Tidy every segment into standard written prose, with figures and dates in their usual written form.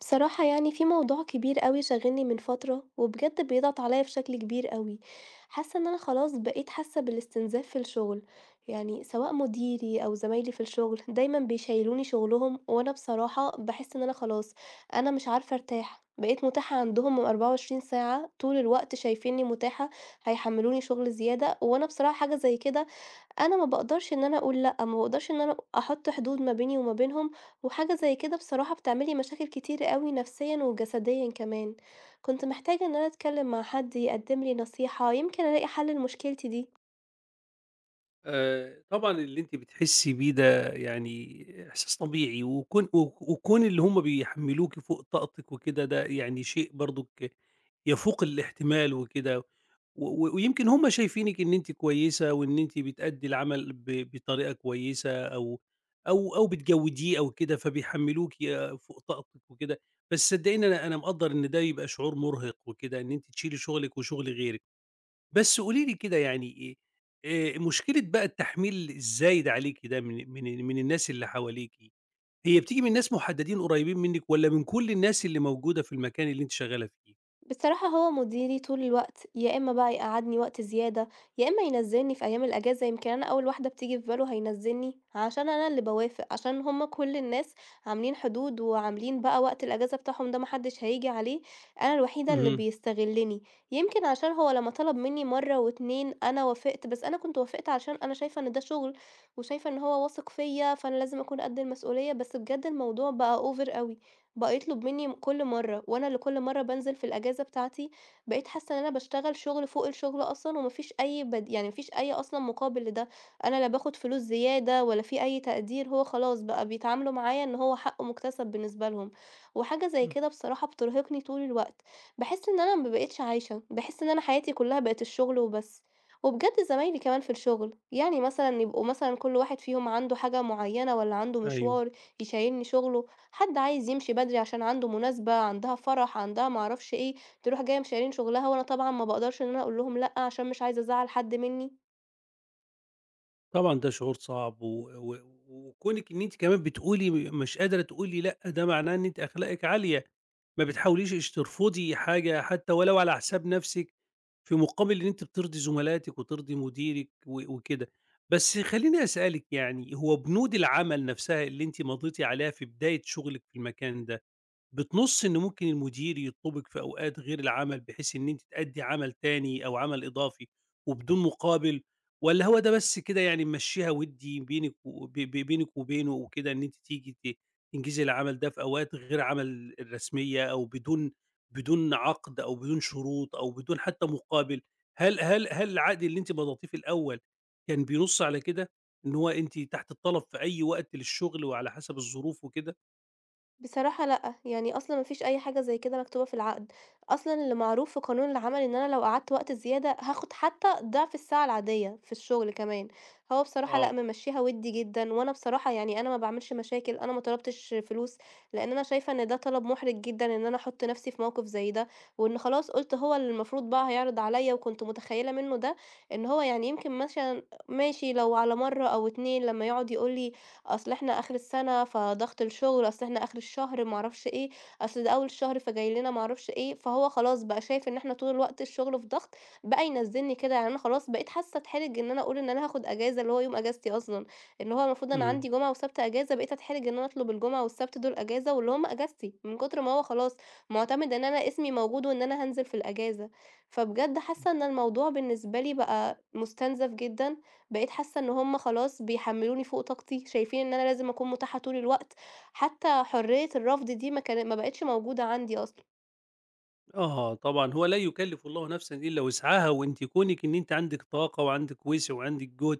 بصراحة يعني في موضوع كبير أوي شاغلني من فترة، وبجد بيضغط عليَّ بشكل كبير أوي، حاسة إن أنا خلاص بقيت حاسة بالاستنزاف في الشغل، يعني سواء مديري أو زمايلي في الشغل دايمًا بيشيلوني شغلهم، وأنا بصراحة باحس إن أنا خلاص أنا مش عارفة أرتاح، بقيت متاحة عندهم 24 ساعة طول الوقت شايفيني متاحة، هيحملوني شغل زيادة، وأنا بصراحة حاجة زي كده أنا ما باقدرش إن أنا أقول لأ، ما باقدرش إن أنا أحط حدود ما بيني وما بينهم، وحاجة زي كده بصراحة بتعمل لي مشاكل كتيرة أوي نفسيًا وجسديًا كمان، كنت محتاجة إن أنا أتكلم مع حد يقدم لي نصيحة، يمكن ألاقي حل لمشكلتي دي. طبعًا اللي أنتِ بتحسي بيه ده يعني إحساس طبيعي، وكون اللي هم بيحمّلوكِ فوق طاقتِك وكده ده يعني شيء برضُك يفوق الاحتمال وكده، و و ويمكن هم شايفينِك إن أنتِ كويسة وإن أنتِ بتأدّي العمل بطريقة كويسة أو بتجوّديه أو كده، فوق طاقتِك وكده. بس صدّقيني أنا مقدّر إن ده يبقى شعور مُرهق وكده، إن أنتِ تشيلي شغلِك وشغل غيرِك. بس قولي لي كده يعني إيه. مشكلة بقى التحميل الزايد عليكِ ده من الناس اللي حواليكِ، هي بتيجي من ناس محددين قريبين منِّك والّا من كل الناس اللي موجودة في المكان اللي أنتِ شغالة فيه؟ بصراحة هو مديري طول الوقت، يا إما بقى يقعّدني وقت زيادة، يا إما ينزّلني في أيام الأجازة، يمكن أنا أول واحدة بتيجي في باله هينزّلني، عشان أنا اللي باوافق، عشان هم كل الناس عاملين حدود وعاملين بقى وقت الأجازة بتاعهم ده ما حدش هييجي عليه، أنا الوحيدة اللي اهم. بيستغلّني، يمكن عشان هو لمّا طلب منّي مرّة و2 أنا وافقت، بس أنا كنت وافقت عشان أنا شايفة إن ده شغل، وشايفة إن هو واثق فيّا، فأنا لازم أكون قد المسؤولية، بس بجد الموضوع بقى over أوي. بقى يطلب منّي كل مرّة، وأنا اللي كل مرّة بانزل في الأجازة بتاعتي بقيت حاسّة إن أنا باشتغل شُغل فوق الشُغل أصلًا وما فيش أي بد يعني ما فيش أي أصلًا مقابل لده، أنا لا باخُد فلوس زيادة ولا في أي تقدير، هو خلاص بقى بيتعاملوا معايا إن هو حقّه مُكتسب بالنسبة لهم، وحاجة زي إمم. كده بصراحة بترهقني طول الوقت، باحس إن أنا ما بقيتش عايشة، باحس إن أنا حياتي كُلّها بقت الشُغل وبس، وبجد زمايلي كمان في الشُغل، يعني مثلًا يبقوا مثلًا كل واحد فيهم عنده حاجة معيّنة والّا عنده أيوه. مشوار يشيّلني شُغله، حد عايز يمشي بدري عشان عنده مناسبة، عندها فرح، عندها ما أعرفش إيه، تروح جاية مشيّلين شغلها وأنا طبعًا ما باقدرش إن أنا أقول لهم لأ، عشان مش عايزة أزعّل حد منّي. طبعًا ده شعور صعب و و وكونِك إن أنتِ كمان بتقولي مش قادرة تقولي لأ، ده معناه إن أنتِ أخلاقِك عالية، ما بتحاوليش ترفضي حاجة حتى ولو على حساب نفسِك، في مقابل إن أنتِ بترضي زملاتِك وترضي مديرِك وكده. بس خلّيني أسألِك، يعني هو بنود العمل نفسها اللي أنتِ مضيتِ عليها في بداية شغلِك في المكان ده بتنُص إن ممكن المدير يطلبِك في أوقات غير العمل، بحيث إن أنتِ تأدّي عمل تاني أو عمل إضافي وبدون مقابل، والّا هو ده بس كده يعني ممشّيها وِدّي بينِك وب ب بينِك وبينه وكده إن أنتِ تيجي تنجزي العمل ده في أوقات غير عمل الرسمية أو بدون عقد أو بدون شروط أو بدون حتى مقابل؟ هل العقد اللي أنتِ مضيتيه في الأول كان بينُص على كده؟ إن هو أنتِ تحت الطلب في أي وقت للشغل وعلى حسب الظروف وكده؟ بصراحة لأ، يعني أصلًا ما فيش أي حاجة زي كده مكتوبة في العقد، أصلًا اللي معروف في قانون العمل إن أنا لو قعدت وقت زيادة هاخد حتى ضعف الساعة العادية في الشغل كمان، هو بصراحة لأ آه. ممشيها وِدّي جدًا، وأنا بصراحة يعني أنا ما باعملش مشاكل، أنا ما طلبتش فلوس، لأن أنا شايفة إن ده طلب محرج جدًا إن أنا أحط نفسي في موقف زي ده، وإن خلاص قُلت هو اللي المفروض بقى هيعرض عليَّ، وكنت متخيلة منه ده إن هو يعني يمكن مثلًا ماشي لو على مرة أو 2 لما يقعد يقول لي أصل إحنا آخر السنة فضغط الشغل، أصل إحنا آخر الشهر ما أعرفش إيه، أصل ده أول الشهر فجاي لنا ما أعرفش إيه، فهو خلاص بقى شايف إن إحنا طول الوقت الشغل في ضغط، بقى ينزّلني كده، يعني أنا خلاص بقيت حاسة أتحرج إن أنا أقول إن أنا هاخد إجازة اللي هو يوم إجازتي أصلًا، اللي هو المفروض أنا إمم. عندي جمعة وسبت إجازة، بقيت أتحرج إن أنا أطلب الجمعة والسبت دول إجازة واللي هم إجازتي، من كتر ما هو خلاص مُعتمد إن أنا اسمي موجود وإن أنا هانزل في الإجازة، فبجد حاسة إن الموضوع بالنسبة لي بقى مُستنزف جدًا بقيت حاسة إن هُم خلاص بيحمّلوني فوق طاقتي، شايفين إن أنا لازم أكون مُتاحة طول الوقت، حتى حرية الرفض دي ما كان ما بقِتش موجودة عندي أصلًا. آه طبعًا، هو لا يكلّف الله نفسًا إلا وسعها، وأنتِ كونِك إن أنتِ عندِك طاقة وعندِك وِسع وعندِك جُهد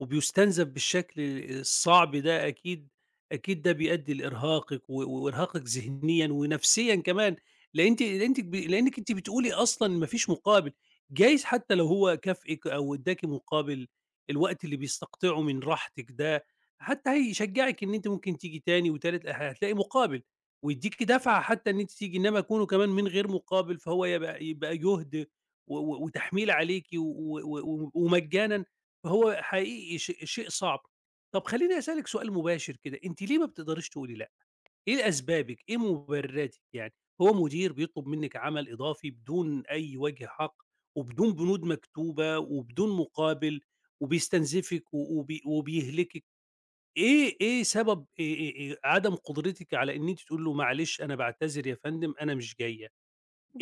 وبيُستنزف بالشكل الصعب ده أكيد، أكيد ده بيؤدّي وإرهاقِك ذهنيًا ونفسيًا كمان، لإنِّك أنتِ بتقولي أصلًا ما فيش مقابل، جايز حتى لو هو كافئِك أو ادّاكِ مقابل الوقت اللي بيستقطعه من راحتِك ده، حتى هيشجّعِك إن أنتِ ممكن تيجي تاني وتالت، هتلاقي مقابل. ويدّيكِ دَفعة حتى إن أنتِ تيجي، إنما كونه كمان من غير مقابل فهو يبقى جهد و و وتحميل عليكِ و و و ومجانًا، فهو حقيقي شيء صعب. طب خلّيني أسألِك سؤال مباشر كده، أنتِ ليه ما بتقدريش تقولي لأ؟ إيه أسبابِك، إيه مُبرراتِك يعني؟ هو مدير بيطلب منِّك عمل إضافي بدون أي وجه حق وبدون بنود مكتوبة وبدون مقابل وبيستنزفِك و وبي وبيهلكِك. إيه سبب عدم قدرتِك على إن أنتِ تقولي له معلش أنا باعتذر يا فندم أنا مش جاية،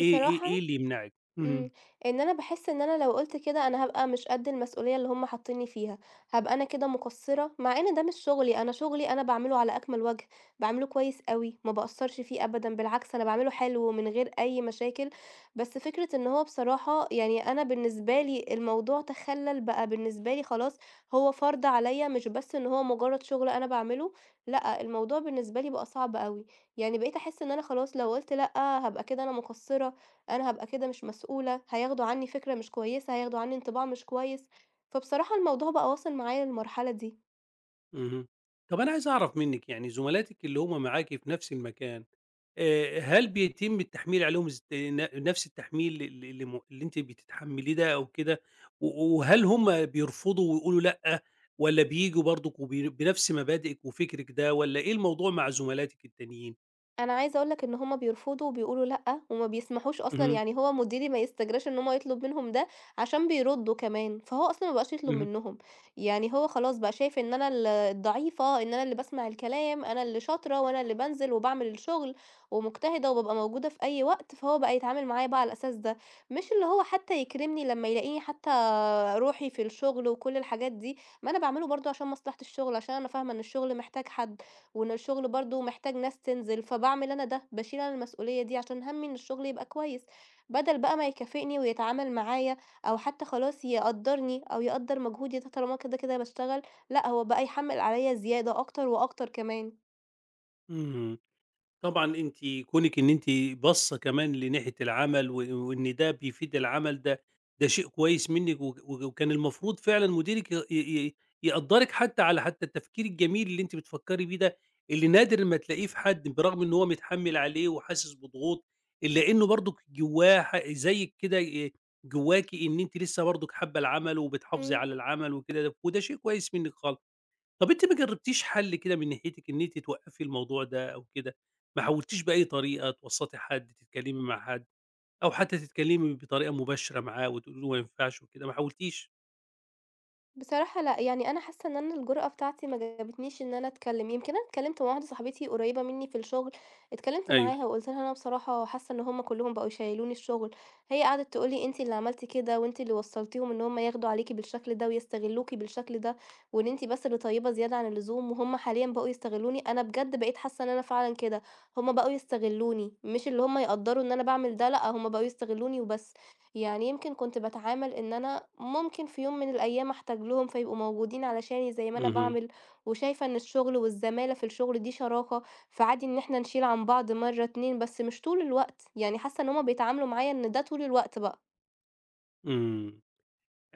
إيه إيه إيه اللي يمنعِك؟ إمم، اهم. إن أنا باحس إن أنا لو قُلت كده أنا هابقى مش قد المسؤولية اللي هُم حاطينّي فيها، هابقى أنا كده مقصّرة، مع إن ده مش شغلي، أنا شغلي أنا باعمله على أكمل وجه، باعمله كويس أوي، ما باقصّرش فيه أبدًا، بالعكس أنا باعمله حلو ومن غير أي مشاكل، بس فكرة إن هو بصراحة يعني أنا بالنسبة لي الموضوع تخلّل بقى بالنسبة لي خلاص هو فرض عليّا، مش بس إن هو مجرّد شغل أنا باعمله، لأ، الموضوع بالنسبة لي بقى صعب أوي، يعني بقيت أحس إن أنا خلاص لو قُلت لأ هابقى كده أنا مقصّرة، أنا هابقى كده مش مسؤولة، هياخدوا عني فكرة مش كويسة، هياخدوا عني انطباع مش كويس، فبصراحة الموضوع بقى واصل معايا للمرحلة دي، اهم. طب أنا عايز أعرف منِّك، يعني زملاتِك اللي هم معاكِ في نفس المكان، هل بيتم التحميل عليهم ز ن نفس التحميل ال اللي م اللي أنتِ بتتحمليه ده أو كده، و وهل هم بيرفضوا ويقولوا لأ، والّا بييجوا برضك بنفس مبادئِك وفكرِك ده، والّا إيه الموضوع مع زملاتِك التانيين؟ أنا عايزة أقول لك إن هُم بيرفضوا وبيقولوا لأ، وما بيسمحوش أصلًا اهم. يعني هو مديري ما يستجراش إن هو يطلب منهم ده، عشان بيردوا كمان، فهو أصلًا ما بقاش يطلب اهم. منهم، يعني هو خلاص بقى شايف إن أنا الضعيفة، إن أنا اللي باسمع الكلام، أنا اللي شاطرة وأنا اللي بانزل وباعمل الشغل، ومجتهدة وبابقى موجودة في أي وقت، فهو بقى يتعامل معايا بقى على الأساس ده، مش اللي هو حتى يكرمني لمّا يلاقيني حتى روحي في الشغل وكل الحاجات دي، ما أنا باعمله برضه عشان مصلحة الشغل، عشان أنا فاهمة إن الشغل محتاج حد، وإن الشغل برضه محتاج ناس تنزل، فباعمل أنا ده، باشيل أنا المسؤولية دي عشان هَمّي إن الشغل يبقى كويس، بدل بقى ما يكافئني ويتعامل معايا أو حتى خلاص يقدّرني أو يقدّر مجهودي ده طالما كده، كده باشتغل، لأ هو بقى يحمّل عليَّ زيادة أكتر وأكتر كمان. اهم. طبعًا أنتِ كونِك إن أنتِ باصّة كمان لناحية العمل وإن ده بيفيد العمل ده، ده شيء كويس منِّك وك وك وكان المفروض فعلًا مديرِك ي ي يقدّرِك حتى على حتى التفكير الجميل اللي أنتِ بتفكّري بيه ده، اللي نادر ما تلاقيه في حد برغم إن هو متحمّل عليه وحاسس بضغوط، إلا إنه برضُك جوّاه زيِّك كده جواكِ إن أنتِ لسه برضُك حابّة العمل وبتحافظي إمم. على العمل وكده، وده شيء كويس منِّك خالص. طب أنتِ ما جرّبتيش حل كده من ناحيتِك إن أنتِ توقّفي الموضوع ده أو كده، ما حاولتيش بأي طريقة توسّطي حد، تتكلّمي مع حد، أو حتى تتكلّمي بطريقة مباشرة معاه وتقولي له ما ينفعش وكده، ما حاولتيش؟ بصراحة لأ، يعني أنا حاسة إن أنا الجرأة بتاعتي ما جابتنيش إن أنا أتكلم، يمكن أنا اتكلمت مع واحدة صاحبتي قريبة مني في الشغل، اتكلمت أيوه. معاها وقُلت لها: "أنا بصراحة حاسة إن هُم كلّهم بقوا يشيّلوني الشغل." هي قعدت تقول لي: "أنتِ اللي عملتِ كده، وأنتِ اللي وصّلتيهم إن هُم ياخدوا عليكِ بالشكل ده ويستغلوكِ بالشكل ده، وإن أنتِ بس اللي طيبة زيادة عن اللزوم، وهُم حاليًا بقوا يستغلوني." أنا بجد بقيت حاسة إن أنا فعلًا كده، هُم بقوا يستغلوني، مش اللي هُم يقدّروا إن أنا باعمل ده، لأ، هُم بقوا يستغلوني وبس. يعني يمكن كنت باتعامل إن أنا ممكن في يوم من الأيام أحتاج لهم فيبقوا موجودين علشاني زي ما أنا اهم. باعمل، وشايفة إن الشغل والزمالة في الشغل دي شراكة، فعادي إن إحنا نشيل عن بعض مرّة، 2 بس مش طول الوقت، يعني حاسة إن هُم بيتعاملوا معايا إن ده طول الوقت بقى. إمم.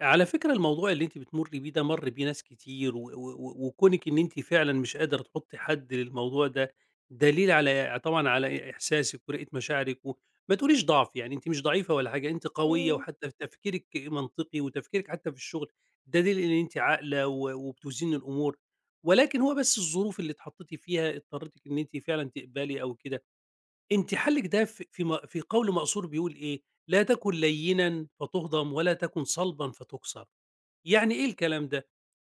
على فكرة الموضوع اللي أنتِ بتمُرّي بيه ده مَر بيه ناس كتير و و و وكونِك إن أنتِ فعلًا مش قادرة تحُطّي حد للموضوع ده، دليل على إيه؟ طبعًا على إيه؟ إحساسِك ورقة مشاعرِك. و ما تقوليش ضعف، يعني أنتِ مش ضعيفة ولا حاجة، أنتِ قوية إمم، وحتّى في تفكيرِك منطقي وتفكيرِك حتّى في الشغل ده دليل إن أنتِ عاقلة وبتوزني الأمور، ولكن هو بس الظروف اللي اتحطّيتِ فيها اضطرّتِك إن أنتِ فعلًا تقبلي أو كده. أنتِ حَلِّك ده في قول مقصور بيقول إيه، "لا تكن ليّنًا فتُهضم ولا تكن صلبًا فتُكسر." يعني إيه الكلام ده؟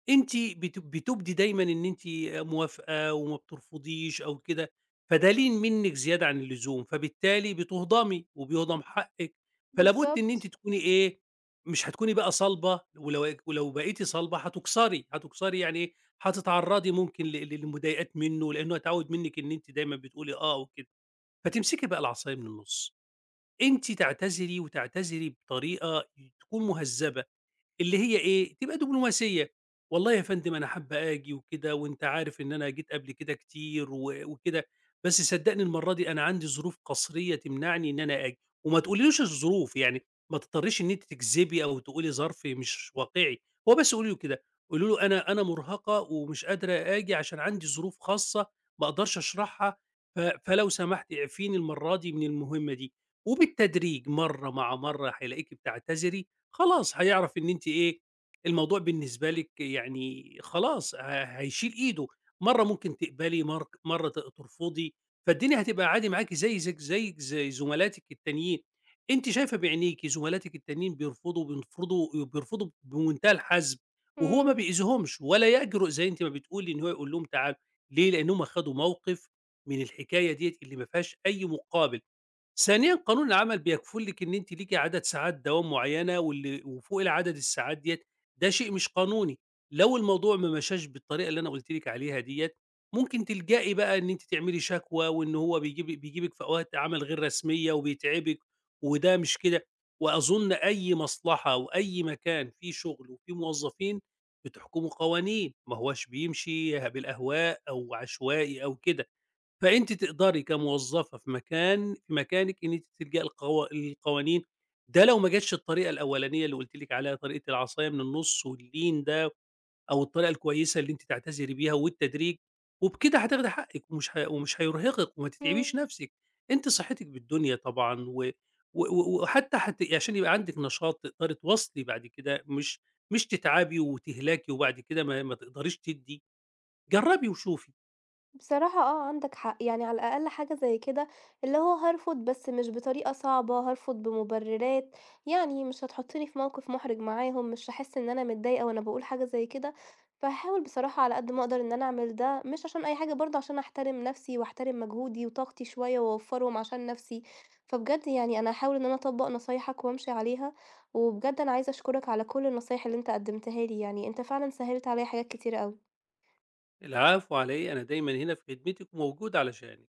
أنتِ بتُبدي دايمًا إن أنتِ موافقة وما بترفضيش أو كده، فده لين منِّك زيادة عن اللزوم، فبالتالي بتُهضمي وبيُهضم حقِّك، فلا بُد إن أنتِ بالضبط. تكوني إيه، مش هتكوني بقى صلبة ولو بقيتِ صلبة هتُكسري، هتُكسري يعني إيه، هتتعرّضي ممكن للمضايقات منّه لإنه هيتعوّد منِّك إن أنتِ دايمًا بتقولي آه وكده، فتمسكي بقى العصاية من النُص، أنتِ تعتذري وتعتذري بطريقة تكون مهذّبة. اللي هي إيه، تبقى دبلوماسية، "والله يا فندم أنا حابة آجي وكده وأنت عارف إن أنا جيت قبل كده كتير وكده، بس صدّقني المرّة دي أنا عندي ظروف قصرية تمنعني إن أنا آجي." وما تقوليلوش الظروف، يعني ما تضطريش إن أنتِ تكذبي أو تقولي ظرف مش واقعي، هو بس قولي له كده، قولي له: "أنا مُرهقة ومش قادرة آجي عشان عندي ظروف خاصة ما أقدرش أشرحها، فلو سمحتِ اعفيني المرّة دي من المهمة دي." وبالتدريج مرّة مع مرّة هيلاقيكِ بتعتذري، خلاص هيعرف إن أنتِ إيه، الموضوع بالنسبة لِك يعني خلاص هيشيل إيده، مرّة ممكن تقبلي، مرّة ترفضي، فالدنيا هتبقى عادي معاكِ زي زيك زيك زي زملاتِك التانيين، أنتِ شايفة بعينيكِ زملاتِك التانيين بيرفضوا بمنتهى الحزم، وهو ما إمم، بيأذيهمش ولا يجرؤ زي أنتِ ما بتقولي إن هو يقول لهم تعالوا، ليه؟ لأنهم أخدوا موقف من الحكاية ديّة اللي ما فيهاش أي مقابل. ثانيًا قانون العمل بيكفل لِك إن أنتِ ليكِ عدد ساعات دوام معيّنة واللي وفوق العدد الساعات ديّة، ده شيء مش قانوني، لو الموضوع ما مشاش بالطريقة اللي أنا قُلت لِك عليها ديّة، ممكن تلجئي بقى إن أنتِ تعملي شكوى وإن هو بيجيبِك في أوقات عمل غير رسمية وبيتعبِك وده مش كده، وأظن أي مصلحة وأي مكان فيه شغل وفيه موظفين بتحكمه قوانين، ما هواش بيمشي بالأهواء أو عشوائي أو كده. فأنتِ تقدري كموظفة في مكانِك إن أنتِ تلجئي القوا للقوانين، ده لو ما جاتش الطريقة الأولانية اللي قُلت لِك عليها، طريقة العصاية من النُص واللين ده أو الطريقة الكويسة اللي أنتِ تعتذري بيها والتدريج، وبكده هتاخدي حقِّك ومش هيرهقِك وما تتعبيش إمم. نَفْسِك. أنتِ صحتِك بالدنيا طبعًا، و و و وحتى عشان يبقى عندِك نشاط تقدري تواصلي بعد كده، مش تتعبي وتهلكي وبعد كده ما تقدريش تدّي، جرّبي وشوفي. بصراحة آه، عندك حق، يعني على الأقل حاجة زي كده اللي هو هارفض بس مش بطريقة صعبة، هارفض بمبررات، يعني مش هتحطني في موقف محرج معاهم، مش هاحس إن أنا متضايقة وأنا باقول حاجة زي كده، فهاحاول بصراحة على قد ما أقدر إن أنا أعمل ده، مش عشان أي حاجة برضه عشان أحترم نفسي وأحترم مجهودي وطاقتي شوية وأوفّرهم عشان نفسي، فبجد يعني أنا هاحاول إن أنا أطبّق نصايحك وأمشي عليها، وبجد أنا عايزة أشكرك على كل النصايح اللي أنت قدّمتها لي، يعني أنت فعلًا سهّلت عليّا حاجات كتيرة أوي. العفو، علي أنا دايما هنا في خدمتك وموجود علشانك.